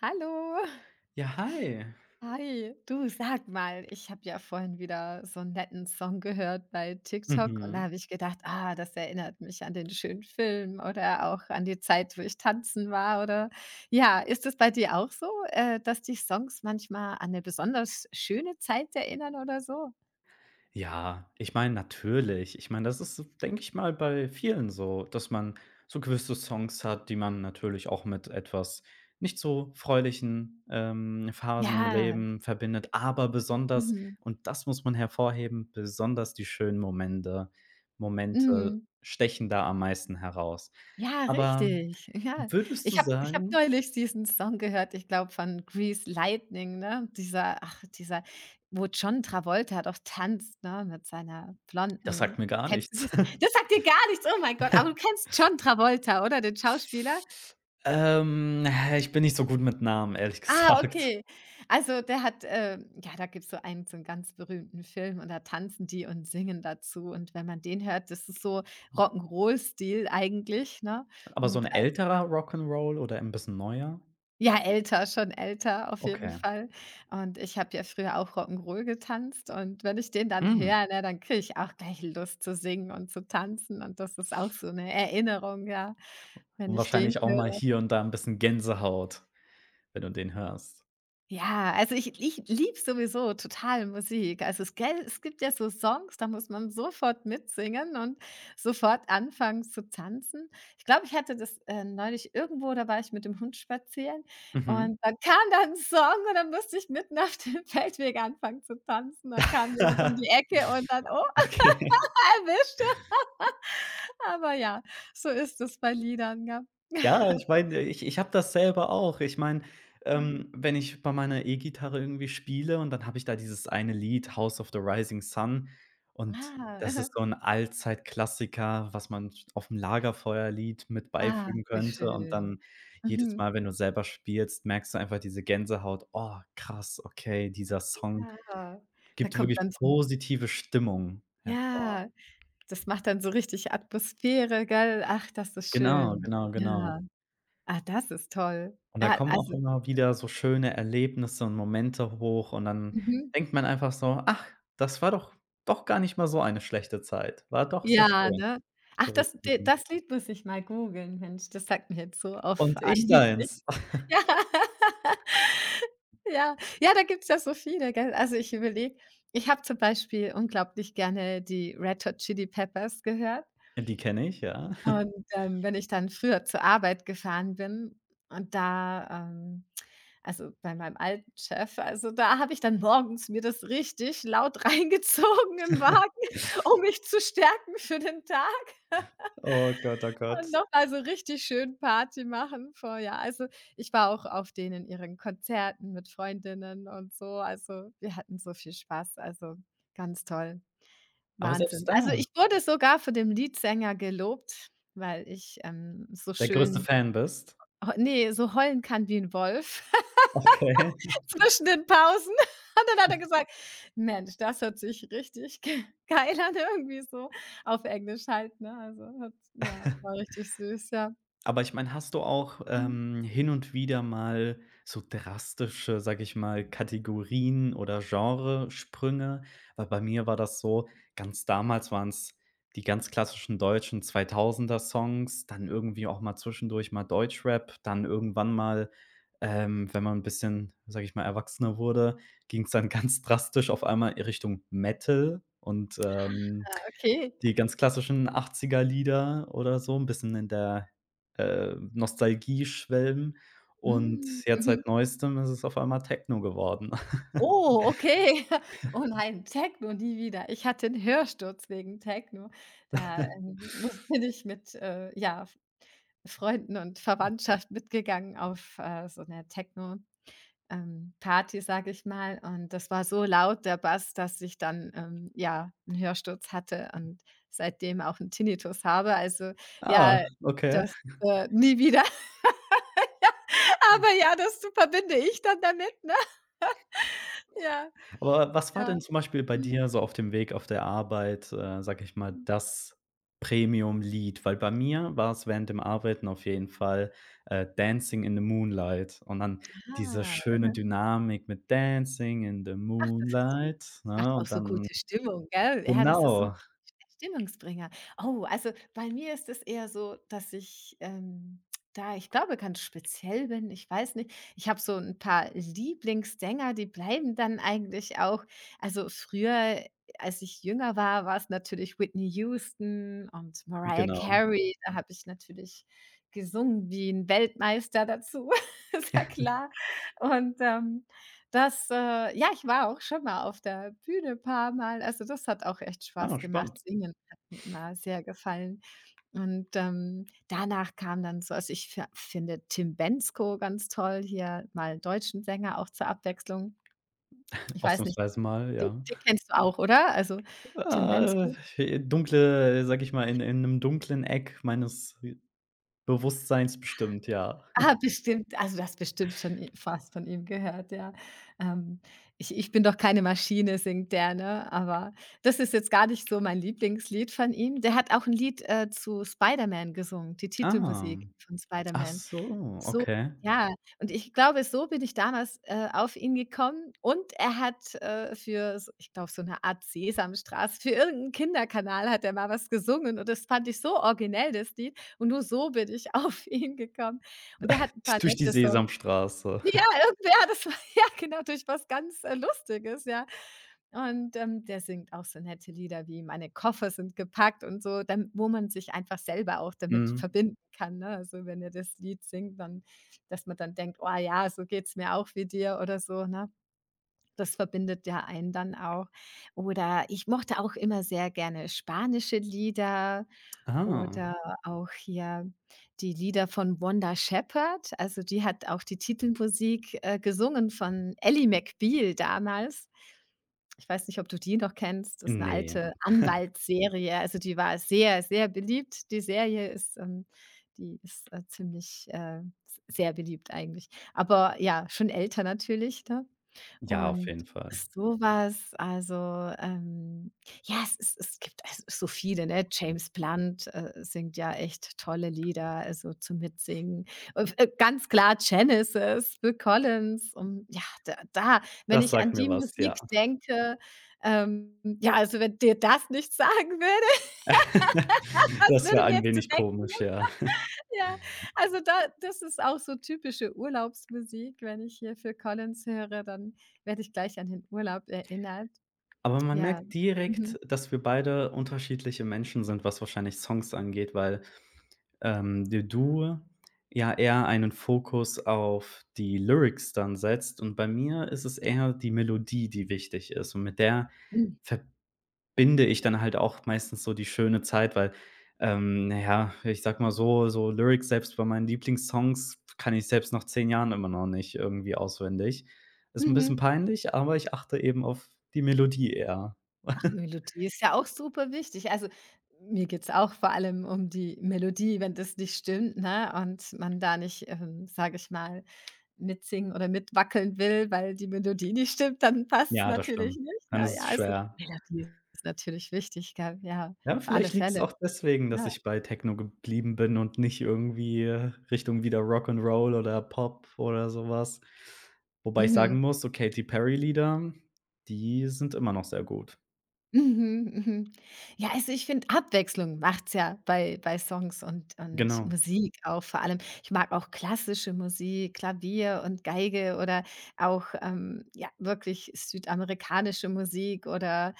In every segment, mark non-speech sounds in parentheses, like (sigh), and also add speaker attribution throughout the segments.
Speaker 1: Hallo.
Speaker 2: Ja, hi.
Speaker 1: Hi. Du, sag mal, ich habe ja vorhin wieder so einen netten Song gehört bei TikTok und da
Speaker 2: Mhm.
Speaker 1: habe ich gedacht: „Ah, das erinnert mich an den schönen Film oder auch an die Zeit, wo ich tanzen war", oder ja, ist es bei dir auch so, dass dich Songs manchmal an eine besonders schöne Zeit erinnern oder so?
Speaker 2: Ja, ich meine, natürlich. Ich meine, das ist, denke ich mal, bei vielen so, dass man so gewisse Songs hat, die man natürlich auch mit etwas nicht so fröhlichen, Phasen im
Speaker 1: Ja.
Speaker 2: Leben verbindet, aber besonders
Speaker 1: Mhm.
Speaker 2: und das muss man hervorheben, besonders die schönen Momente
Speaker 1: Mhm.
Speaker 2: stechen da am meisten heraus.
Speaker 1: Ja,
Speaker 2: Aber
Speaker 1: richtig. Ja.
Speaker 2: würdest du
Speaker 1: Ich habe
Speaker 2: sagen –
Speaker 1: neulich diesen Song gehört, ich glaube, von Grease Lightning, ne? Dieser wo John Travolta doch tanzt, ne, mit seiner
Speaker 2: das sagt
Speaker 1: blonden.
Speaker 2: mir gar
Speaker 1: Kennst du
Speaker 2: nichts.
Speaker 1: das? Das sagt dir gar nichts, oh mein Gott, aber
Speaker 2: (laughs)
Speaker 1: du kennst John Travolta, oder, den Schauspieler?
Speaker 2: Ähm, ich bin nicht so gut mit Namen, ehrlich (laughs)
Speaker 1: Ah,
Speaker 2: gesagt.
Speaker 1: okay. Also, der hat, ja, da gibt's so einen ganz berühmten Film und da tanzen die und singen dazu und wenn man den hört, das ist so Rock'n'Roll-Stil eigentlich, ne?
Speaker 2: Aber so 'n
Speaker 1: Und,
Speaker 2: älterer Rock and Roll oder ein bisschen neuer?
Speaker 1: Ja, älter, schon älter auf jeden
Speaker 2: Okay.
Speaker 1: Fall. Und ich habe ja früher auch Rock'n'Roll getanzt und wenn ich den dann
Speaker 2: Mhm.
Speaker 1: höre, ne, dann kriege ich auch gleich Lust zu singen und zu tanzen und das ist auch so 'ne Erinnerung, ja, wenn
Speaker 2: Und
Speaker 1: ich den
Speaker 2: wahrscheinlich auch mal
Speaker 1: höre.
Speaker 2: hier und da 'n bisschen Gänsehaut, wenn du den hörst.
Speaker 1: Ja, also ich liebe sowieso total Musik. Also es gell, es gibt ja so Songs, da muss man sofort mitsingen und sofort anfangen zu tanzen. Ich glaube, ich hatte das, neulich irgendwo, da war ich mit dem Hund spazieren
Speaker 2: Mhm.
Speaker 1: und da kam dann 'n Song und dann musste ich mitten auf dem (laughs) Feldweg anfangen zu tanzen. Dann kam jemand um die
Speaker 2: (laughs)
Speaker 1: Ecke und dann: „Oh,
Speaker 2: Okay.
Speaker 1: (laughs) erwischt!" Aber ja, so ist es bei Liedern, gell?
Speaker 2: Ja, ich meine, ich habe das selber auch. Ich meine,
Speaker 1: (laughs)
Speaker 2: wenn ich bei meiner E-Gitarre irgendwie spiele und dann habe ich da dieses eine Lied, „House of the Rising Sun" und das
Speaker 1: Ah,
Speaker 2: ist so
Speaker 1: (laughs)
Speaker 2: ein Allzeit-Klassiker, was man aufm Lagerfeuerlied mit
Speaker 1: Ah,
Speaker 2: beifügen
Speaker 1: wie
Speaker 2: könnte und
Speaker 1: schön.
Speaker 2: dann jedes
Speaker 1: Mhm.
Speaker 2: Mal, wenn du selber spielst, merkst du einfach diese Gänsehaut: „Oh, krass, okay, dieser Song
Speaker 1: Ja, da
Speaker 2: gibt
Speaker 1: kommt
Speaker 2: wirklich
Speaker 1: dann so 'n
Speaker 2: positive Stimmung hervor."
Speaker 1: ja, das macht dann so richtig Atmosphäre, gell? Ach, das ist
Speaker 2: Genau,
Speaker 1: schön.
Speaker 2: genau, genau.
Speaker 1: Ja. Ah, das ist toll.
Speaker 2: Und da
Speaker 1: Ja,
Speaker 2: kommen auch
Speaker 1: also
Speaker 2: immer wieder so schöne Erlebnisse und Momente hoch und dann
Speaker 1: mhm.
Speaker 2: denkt man einfach so: „Ach, das war doch gar nicht mal so eine schlechte Zeit. War doch sehr
Speaker 1: Ja,
Speaker 2: schön,
Speaker 1: ne? Ach, das d
Speaker 2: zurückblickend."
Speaker 1: das Lied muss ich mal googeln, Mensch, das sagt mir jetzt so auf
Speaker 2: Und ich
Speaker 1: Anhieb nicht.
Speaker 2: deins. (laughs)
Speaker 1: (laughs) Ja. Ja. Ja, da gibt's ja so viele, gell? Also, ich überlege ich habe zum Beispiel unglaublich gerne die Red Hot Chili Peppers gehört.
Speaker 2: Die kenne ich, ja.
Speaker 1: Und, wenn ich dann früher zur Arbeit gefahren bin und da, also, bei meinem alten Chef, also, da habe ich dann morgens mir das richtig laut (laughs) reingezogen im
Speaker 2: (laughs)
Speaker 1: Wagen, (laughs) um mich zu stärken für den Tag (laughs)
Speaker 2: Oh Gott, oh
Speaker 1: und
Speaker 2: Gott.
Speaker 1: noch mal so richtig schön Party machen vorher. Also, ich war auch auf denen ihren Konzerten mit Freundinnen und so. Also, wir hatten so viel Spaß, also, ganz toll.
Speaker 2: Aber selbst
Speaker 1: Wahnsinn.
Speaker 2: da
Speaker 1: Also, ich wurde sogar von dem Leadsänger gelobt, weil ich, so
Speaker 2: der größte
Speaker 1: schön
Speaker 2: Fan bist?
Speaker 1: heu ne, so heulen kann wie ein Wolf
Speaker 2: Okay.
Speaker 1: (laughs) zwischen den Pausen. Und dann hat er gesagt: „Mensch, das hört sich richtig ge geil an", irgendwie so auf Englisch halt, ne? Also, hat ja, war richtig süß, ja.
Speaker 2: Aber ich meine, hast du auch,
Speaker 1: Mhm.
Speaker 2: hin und wieder mal so drastische, sage ich mal, Kategorien oder Genresprünge? Weil bei mir war das so, ganz damals waren es die ganz klassischen deutschen 2000er Songs, dann irgendwie auch mal zwischendurch mal Deutschrap, dann irgendwann mal, wenn man ein bisschen, sage ich mal, erwachsener wurde, ging es dann (laughs) ganz drastisch auf einmal in Richtung Metal und,
Speaker 1: Okay.
Speaker 2: die ganz klassischen 80er Lieder oder so, 'n bisschen in der, Nostalgie schwelgen und
Speaker 1: Mhm.
Speaker 2: jetzt
Speaker 1: Mhm.
Speaker 2: seit Neuestem ist es auf einmal Techno geworden.
Speaker 1: Oh, okay. (laughs) Oh nein, Techno nie wieder. Ich hatte einen Hörsturz wegen Techno. Da,
Speaker 2: (laughs)
Speaker 1: muss ich mit, ja, F Freunden und Verwandtschaft mitgegangen auf, so eine Techno, Party, sage ich mal. Und das war so laut, der Bass, dass ich dann, ja, einen Hörsturz hatte und seitdem auch einen Tinnitus habe. Also,
Speaker 2: Ah,
Speaker 1: ja,
Speaker 2: okay.
Speaker 1: das, nie wieder. (laughs) Aber ja, das verbinde ich dann damit, ne? Ja,
Speaker 2: Aber was war
Speaker 1: ja.
Speaker 2: denn zum Beispiel bei
Speaker 1: Mhm.
Speaker 2: dir so auf dem Weg auf der Arbeit, sage ich mal, das Premium-Lied? Weil bei mir war's während dem Arbeiten auf jeden Fall, „Dancing in the Moonlight" und dann diese
Speaker 1: Ah.
Speaker 2: schöne Dynamik mit „Dancing in the
Speaker 1: Ach, das ist süß.
Speaker 2: Moonlight",
Speaker 1: Das macht
Speaker 2: ne?
Speaker 1: ja auch
Speaker 2: Und
Speaker 1: so
Speaker 2: dann
Speaker 1: gute Stimmung, gell? Ja, das ist so 'n
Speaker 2: genau,
Speaker 1: Stimmungsbringer. Oh, also, bei mir ist es eher so, dass ich, da ich glaube, ganz speziell bin, ich weiß nicht. Ich habe so 'n paar Lieblingssänger, die bleiben dann eigentlich auch. Also, früher, als ich jünger war, war's natürlich Whitney Houston und Mariah
Speaker 2: genau.
Speaker 1: Carey. Da habe ich natürlich gesungen wie 'n Weltmeister dazu, (laughs) ist ja klar. Und, das, ja, ich war auch schon mal auf der Bühne paar Mal. Also, das hat auch echt
Speaker 2: Ah,
Speaker 1: Spaß gemacht.
Speaker 2: spannend.
Speaker 1: Singen hat mir immer sehr gefallen. Und, danach kam dann so also, ich fi finde Tim Bensko ganz toll, hier mal 'n deutschen Sänger auch zur Abwechslung. Ich weiß nicht,
Speaker 2: Ausnahmsweise mal,
Speaker 1: den
Speaker 2: ja.
Speaker 1: den kennst du auch, oder? Also, Tim
Speaker 2: Ah,
Speaker 1: Bensko.
Speaker 2: dunkle sag ich mal, in 'nem dunklen Eck meines Bewusstseins bestimmt, ja.
Speaker 1: Ah, bestimmt. Also, du hast bestimmt schon i fast von ihm gehört, ja. Ähm, ich bin doch keine Maschine, singt der, ne? Aber das ist jetzt gar nicht so mein Lieblingslied von ihm. Der hat auch ein Lied, zu Spider-Man gesungen, die
Speaker 2: Ah,
Speaker 1: Titelmusik von
Speaker 2: ach
Speaker 1: Spider-Man.
Speaker 2: so,
Speaker 1: So,
Speaker 2: okay.
Speaker 1: ja. Und ich glaube, so bin ich damals, auf ihn gekommen und er hat, für s ich glaube, so eine Art Sesamstraße für irgendeinen Kinderkanal hat er mal was gesungen und das fand ich so originell, das Lied und nur so bin ich (laughs) auf ihn gekommen. Und er hat ein paar
Speaker 2: Durch die
Speaker 1: nette Songs.
Speaker 2: Sesamstraße.
Speaker 1: Ja, irgendwer das war (laughs) ja, genau, durch was ganz, Lustiges, ja. Und, der singt auch so nette Lieder wie „Meine Koffer sind gepackt" und so, dann wo man sich einfach selber auch damit
Speaker 2: Mhm.
Speaker 1: verbinden kann, ne? Also, wenn er das Lied singt, dann dass man dann denkt: „Oh ja, so geht's mir auch wie dir" oder so, ne? Das verbindet ja einen dann auch. Oder ich mochte auch immer sehr gerne spanische Lieder
Speaker 2: Ah,
Speaker 1: oder auch hier die Lieder von Wanda Shepherd. Also, die hat auch die Titelmusik, gesungen von Ally McBeal damals. Ich weiß nicht, ob du die noch kennst. Das ist eine
Speaker 2: nee,
Speaker 1: alte Anwaltsserie. Also, die war sehr, sehr beliebt. Die Serie ist die ist, ziemlich, sehr beliebt eigentlich. Aber ja, schon älter natürlich, ne?
Speaker 2: ja, auf
Speaker 1: Und
Speaker 2: jeden Fall.
Speaker 1: sowas also, ähm, ja, es gibt also so viele, ne? James Blunt, singt ja echt tolle Lieder, also zum Mitsingen. Und, ganz klar Genesis, Bill Collins und ja, da wenn
Speaker 2: Das
Speaker 1: ich
Speaker 2: sagt
Speaker 1: an
Speaker 2: mir
Speaker 1: die
Speaker 2: was,
Speaker 1: Musik
Speaker 2: ja.
Speaker 1: denke, ja, also wenn dir das nicht sagen würde,
Speaker 2: (laughs)
Speaker 1: (laughs) was
Speaker 2: Das wäre
Speaker 1: würde mir
Speaker 2: ein
Speaker 1: jetzt zu
Speaker 2: wenig
Speaker 1: denken?
Speaker 2: komisch, ja.
Speaker 1: (laughs) Ja, also da das ist auch so typische Urlaubsmusik. Wenn ich hier für Collins höre, dann werde ich gleich an den Urlaub erinnert.
Speaker 2: Aber man
Speaker 1: Ja.
Speaker 2: merkt
Speaker 1: Mhm.
Speaker 2: direkt, dass wir beide unterschiedliche Menschen sind, was wahrscheinlich Songs angeht, weil d du ja eher einen Fokus auf die Lyrics dann setzt und bei mir ist es eher die Melodie, die wichtig ist und mit der
Speaker 1: Mhm.
Speaker 2: verbinde ich dann halt auch meistens so die schöne Zeit, weil, na ja, ich sag mal so Lyrics selbst bei meinen Lieblingssongs kann ich selbst nach 10 Jahren immer noch nicht irgendwie auswendig. Ist ein bisschen
Speaker 1: Mhm.
Speaker 2: peinlich, aber ich achte eben auf die Melodie eher.
Speaker 1: Ach,
Speaker 2: (laughs)
Speaker 1: Melodie ist ja auch super wichtig. Also, mir geht's auch vor allem um die Melodie, wenn das nicht stimmt, ne, und man da nicht, sage ich mal, mitsingen oder mitwackeln will, weil die Melodie nicht stimmt, dann passt's
Speaker 2: Ja, das
Speaker 1: natürlich
Speaker 2: stimmt.
Speaker 1: nicht,
Speaker 2: Dann
Speaker 1: ne?
Speaker 2: ist es
Speaker 1: Ja, also
Speaker 2: schwer.
Speaker 1: Melodie ist natürlich wichtig, gell? Ja,
Speaker 2: Ja,
Speaker 1: auf alle
Speaker 2: vielleicht liegt es
Speaker 1: Fälle,
Speaker 2: auch deswegen, dass
Speaker 1: ja.
Speaker 2: ich bei Techno geblieben bin und nicht irgendwie Richtung wieder Rock and Roll oder Pop oder sowas. Wobei ich sagen
Speaker 1: Mhm.
Speaker 2: muss, so Katy Perry Lieder, die sind immer noch sehr gut.
Speaker 1: Mhm, mhm. Ja, also ich finde, Abwechslung macht's ja bei Songs und
Speaker 2: Genau.
Speaker 1: Musik auch vor allem. Ich mag auch klassische Musik, Klavier und Geige oder auch, ja, wirklich südamerikanische Musik oder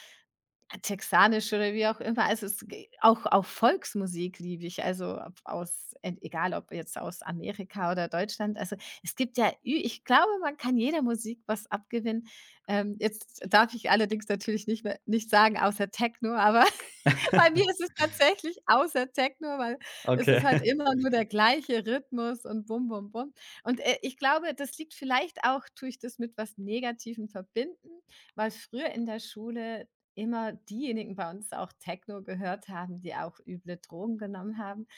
Speaker 1: Texanisch oder wie auch immer. Also, es g auch Volksmusik liebe ich, also, ob aus e egal ob jetzt aus Amerika oder Deutschland. Also, es gibt ja ü ich glaube, man kann jeder Musik was abgewinnen. Jetzt darf ich allerdings natürlich nicht mehr nicht sagen, außer Techno, aber (laughs) bei mir ist es
Speaker 2: (laughs)
Speaker 1: tatsächlich außer Techno, weil es ist halt
Speaker 2: Okay.
Speaker 1: immer nur der gleiche Rhythmus und bum bum bum. Und, ich glaube, das liegt vielleicht auch tue ich das mit was Negativem verbinden, weil früher in der Schule immer diejenigen bei uns auch Techno gehört haben, die auch üble Drogen genommen haben.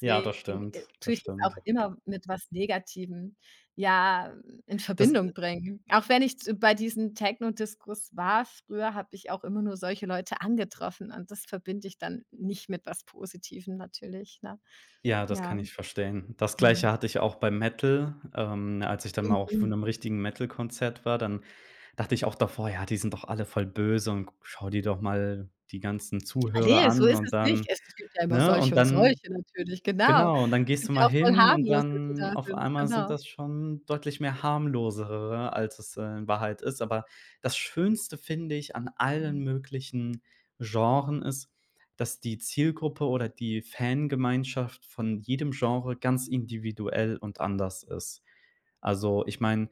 Speaker 2: Ja, das stimmt,
Speaker 1: tue
Speaker 2: das
Speaker 1: ich das auch
Speaker 2: stimmt.
Speaker 1: immer mit was Negativem, ja, in
Speaker 2: Das
Speaker 1: Verbindung bringen. Auch wenn ich z bei diesen Techno-Discos war früher, habe ich auch immer nur solche Leute angetroffen und das verbinde ich dann nicht mit was Positivem natürlich, ne?
Speaker 2: Ja, das kann
Speaker 1: Ja.
Speaker 2: ich verstehen. Das
Speaker 1: Mhm.
Speaker 2: Gleiche hatte ich auch beim Metal. Als ich dann mal auf
Speaker 1: Mhm.
Speaker 2: 'nem richtigen Metal-Konzert war, dann dachte ich auch davor: „Ja, die sind doch alle voll böse und schau dir doch mal die ganzen
Speaker 1: Ah,
Speaker 2: Zuhörer
Speaker 1: ne, so
Speaker 2: an"
Speaker 1: ist
Speaker 2: und
Speaker 1: es nicht.
Speaker 2: dann,
Speaker 1: Es gibt ja immer
Speaker 2: ne?
Speaker 1: solche
Speaker 2: Und
Speaker 1: und
Speaker 2: dann,
Speaker 1: solche natürlich, genau.
Speaker 2: genau, und dann
Speaker 1: Es
Speaker 2: gehst du
Speaker 1: gibt ja
Speaker 2: mal
Speaker 1: auch voll
Speaker 2: hin und
Speaker 1: harmlose, die
Speaker 2: dann
Speaker 1: da
Speaker 2: auf
Speaker 1: sind,
Speaker 2: einmal sind
Speaker 1: genau.
Speaker 2: das schon deutlich mehr harmlosere, als es, in Wahrheit ist. Aber das Schönste, finde ich, an allen möglichen Genren ist, dass die Zielgruppe oder die Fangemeinschaft von jedem Genre ganz individuell und anders ist. Also, ich meine,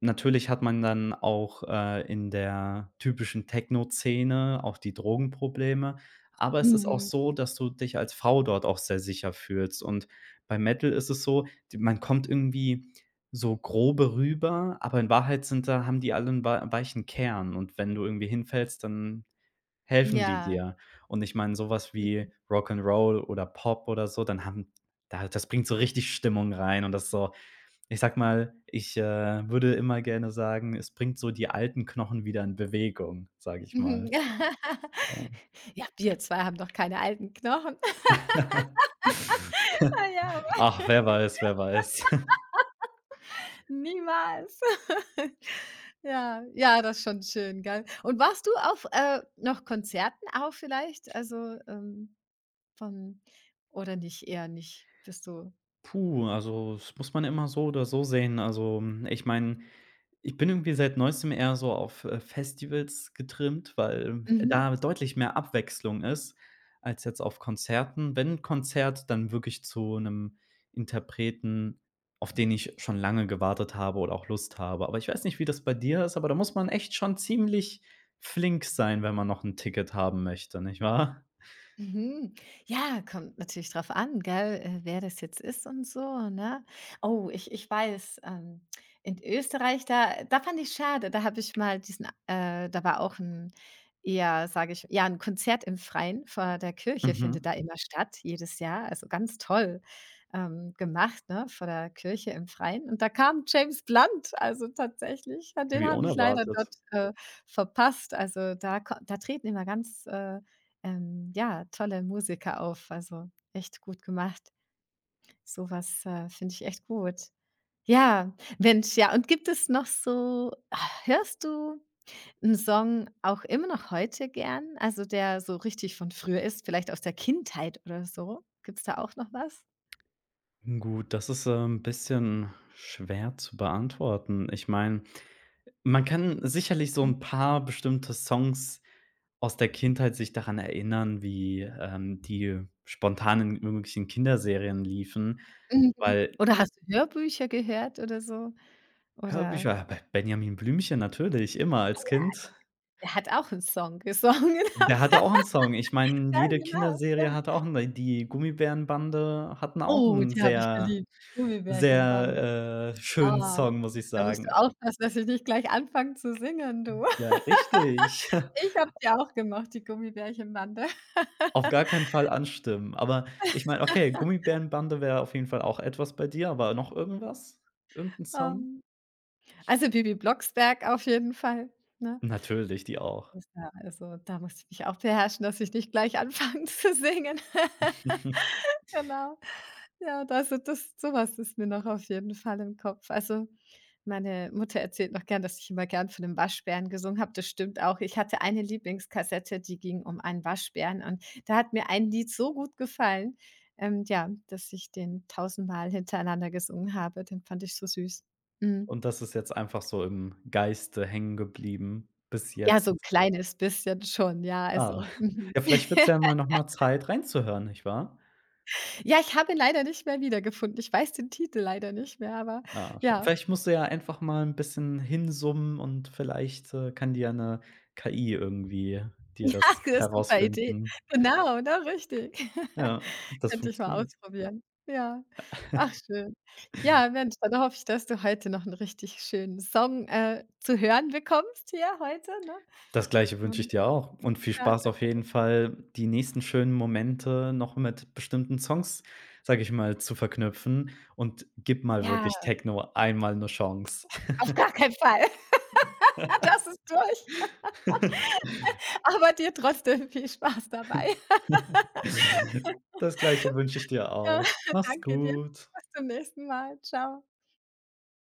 Speaker 2: natürlich hat man dann auch, in der typischen Techno-Szene auch die Drogenprobleme, aber es ist auch
Speaker 1: Mhm.
Speaker 2: so, dass du dich als Frau dort auch sehr sicher fühlst. Und bei Metal ist es so, d man kommt irgendwie so grobe rüber, aber in Wahrheit sind da haben die alle einen weichen Kern und wenn du irgendwie hinfällst, dann helfen die
Speaker 1: Ja.
Speaker 2: dir? Und ich meine, sowas wie Rock and Roll oder Pop oder so, dann haben da das bringt so richtig Stimmung rein und das so ich sag mal, ich, würde immer gerne sagen, es bringt so die alten Knochen wieder in Bewegung, sage ich mal.
Speaker 1: Mhm. (laughs)
Speaker 2: So.
Speaker 1: Ja, wir 2 haben doch keine alten Knochen. (laughs)
Speaker 2: (laughs)
Speaker 1: Ja, aber
Speaker 2: Ach, wer weiß, wer weiß. (laughs)
Speaker 1: niemals. (laughs) Ja, ja, das ist schon schön, gell? Und warst du auf, noch Konzerten auch vielleicht? Also, von oder nicht, eher nicht? Bist du
Speaker 2: Puh, also, das muss man immer so oder so sehen. Also, ich meine. Ich bin irgendwie seit Neuestem eher so auf, Festivals getrimmt, weil
Speaker 1: mhm.
Speaker 2: da deutlich mehr Abwechslung ist als jetzt auf Konzerten. Wenn Konzert, dann wirklich zu einem Interpreten, auf den ich schon lange gewartet habe oder auch Lust habe. Aber ich weiß nicht, wie das bei dir ist, aber da muss man echt schon ziemlich flink sein, wenn man noch ein Ticket haben möchte, nicht wahr?
Speaker 1: Mhm. Ja, kommt natürlich drauf an, gell, wer das jetzt ist und so, ne? Oh, ich weiß, in Österreich, da fand ich schade, da habe ich mal diesen da war auch ein, eher, sage ich ja, ein Konzert im Freien vor der Kirche findet
Speaker 2: Mhm.
Speaker 1: da immer statt, jedes Jahr, also ganz toll, gemacht, ne, vor der Kirche im Freien. Und da kam James Blunt, also tatsächlich, ja, den
Speaker 2: Wie
Speaker 1: habe ich leider
Speaker 2: unerwartet.
Speaker 1: dort, verpasst. Also, da treten immer ganz, ja, tolle Musiker auf, also echt gut gemacht. Sowas finde ich echt gut. Ja, Mensch, ja, und gibt es noch so hörst du einen Song auch immer noch heute gern, also der so richtig von früher ist, vielleicht aus der Kindheit oder so? Gibt's da auch noch was?
Speaker 2: Gut, das ist, ein bisschen schwer zu beantworten. Ich meine, man kann sicherlich so ein paar bestimmte Songs aus der Kindheit sich daran erinnern, wie, die spontan in irgendwelchen Kinderserien liefen,
Speaker 1: Mhm.
Speaker 2: weil
Speaker 1: Oder hast du Hörbücher gehört oder so? Oder
Speaker 2: Hörbücher bei Benjamin Blümchen natürlich, immer als Kind.
Speaker 1: er hat auch einen Song gesungen. (laughs)
Speaker 2: Der hatte auch 'n Song. Ich meine,
Speaker 1: Ja,
Speaker 2: jede
Speaker 1: genau,
Speaker 2: Kinderserie
Speaker 1: ja.
Speaker 2: hatte auch 'n die Gummibärenbande hatten auch
Speaker 1: Oh,
Speaker 2: 'n
Speaker 1: die habe ich
Speaker 2: sehr,
Speaker 1: geliebt, die Gummibärchenbande.
Speaker 2: sehr, schönen
Speaker 1: Ah,
Speaker 2: Song, muss ich
Speaker 1: da musst du
Speaker 2: sagen.
Speaker 1: aufpassen, dass ich nicht gleich anfange zu singen, du.
Speaker 2: Ja,
Speaker 1: (laughs)
Speaker 2: richtig. (laughs)
Speaker 1: Ich habe die auch gemacht, die Gummibärchenbande.
Speaker 2: Auf gar keinen Fall anstimmen. Aber ich meine, okay, Gummibärenbande wäre auf jeden Fall auch etwas bei dir, aber noch irgendwas? Irgend 'n Song?
Speaker 1: Ähm, also, Bibi Blocksberg auf jeden Fall, ne?
Speaker 2: Natürlich, die auch.
Speaker 1: Ist ja also, da musste ich mich auch beherrschen, dass ich nicht gleich anfange zu singen. (laughs)
Speaker 2: (laughs)
Speaker 1: Genau. Ja, das so das sowas ist mir noch auf jeden Fall im Kopf. Also, meine Mutter erzählt noch gern, dass ich immer gern von dem Waschbären gesungen habe. Das stimmt auch. Ich hatte eine Lieblingskassette, die ging um einen Waschbären und da hat mir ein Lied so gut gefallen, ja, dass ich den tausendmal hintereinander gesungen habe. Den fand ich so süß. Mhm.
Speaker 2: Und das ist jetzt einfach so im Geiste hängen geblieben bis
Speaker 1: Ja,
Speaker 2: jetzt.
Speaker 1: so 'n kleines bisschen schon, ja,
Speaker 2: Ah,
Speaker 1: also mhm.
Speaker 2: ja, vielleicht wird's ja
Speaker 1: (laughs)
Speaker 2: mal noch mal Zeit reinzuhören, nicht wahr?
Speaker 1: Ja, ich habe ihn leider nicht mehr wiedergefunden. Ich weiß den Titel leider nicht mehr, aber
Speaker 2: Ah, scha
Speaker 1: ja.
Speaker 2: vielleicht musst du ja einfach mal 'n bisschen hinsummen und vielleicht, kann dir ja 'ne KI irgendwie dir
Speaker 1: (laughs) Ach,
Speaker 2: das
Speaker 1: das ist super Idee.
Speaker 2: herausfinden.
Speaker 1: Genau, ne, richtig. (laughs)
Speaker 2: Ja, das
Speaker 1: Könnte ich mal
Speaker 2: funktioniert.
Speaker 1: ausprobieren. Ja. Ach schön. Ja, Mensch, dann hoffe ich, dass du heute noch 'n richtig schönen Song, zu hören bekommst hier heute, ne?
Speaker 2: Das Gleiche wünsche ich
Speaker 1: Und
Speaker 2: dir auch und viel
Speaker 1: ja,
Speaker 2: Spaß auf
Speaker 1: danke.
Speaker 2: jeden Fall, die nächsten schönen Momente noch mit bestimmten Songs, sage ich mal, zu verknüpfen und gib mal
Speaker 1: Ja,
Speaker 2: wirklich Techno einmal 'ne Chance.
Speaker 1: auf gar keinen Fall. (laughs) Das ist durch.
Speaker 2: (laughs)
Speaker 1: Aber dir trotzdem viel Spaß dabei.
Speaker 2: Das Gleiche wünsche ich dir
Speaker 1: Ja,
Speaker 2: auch.
Speaker 1: (laughs)
Speaker 2: Mach's
Speaker 1: danke dir.
Speaker 2: gut.
Speaker 1: Bis zum nächsten Mal. Tschau.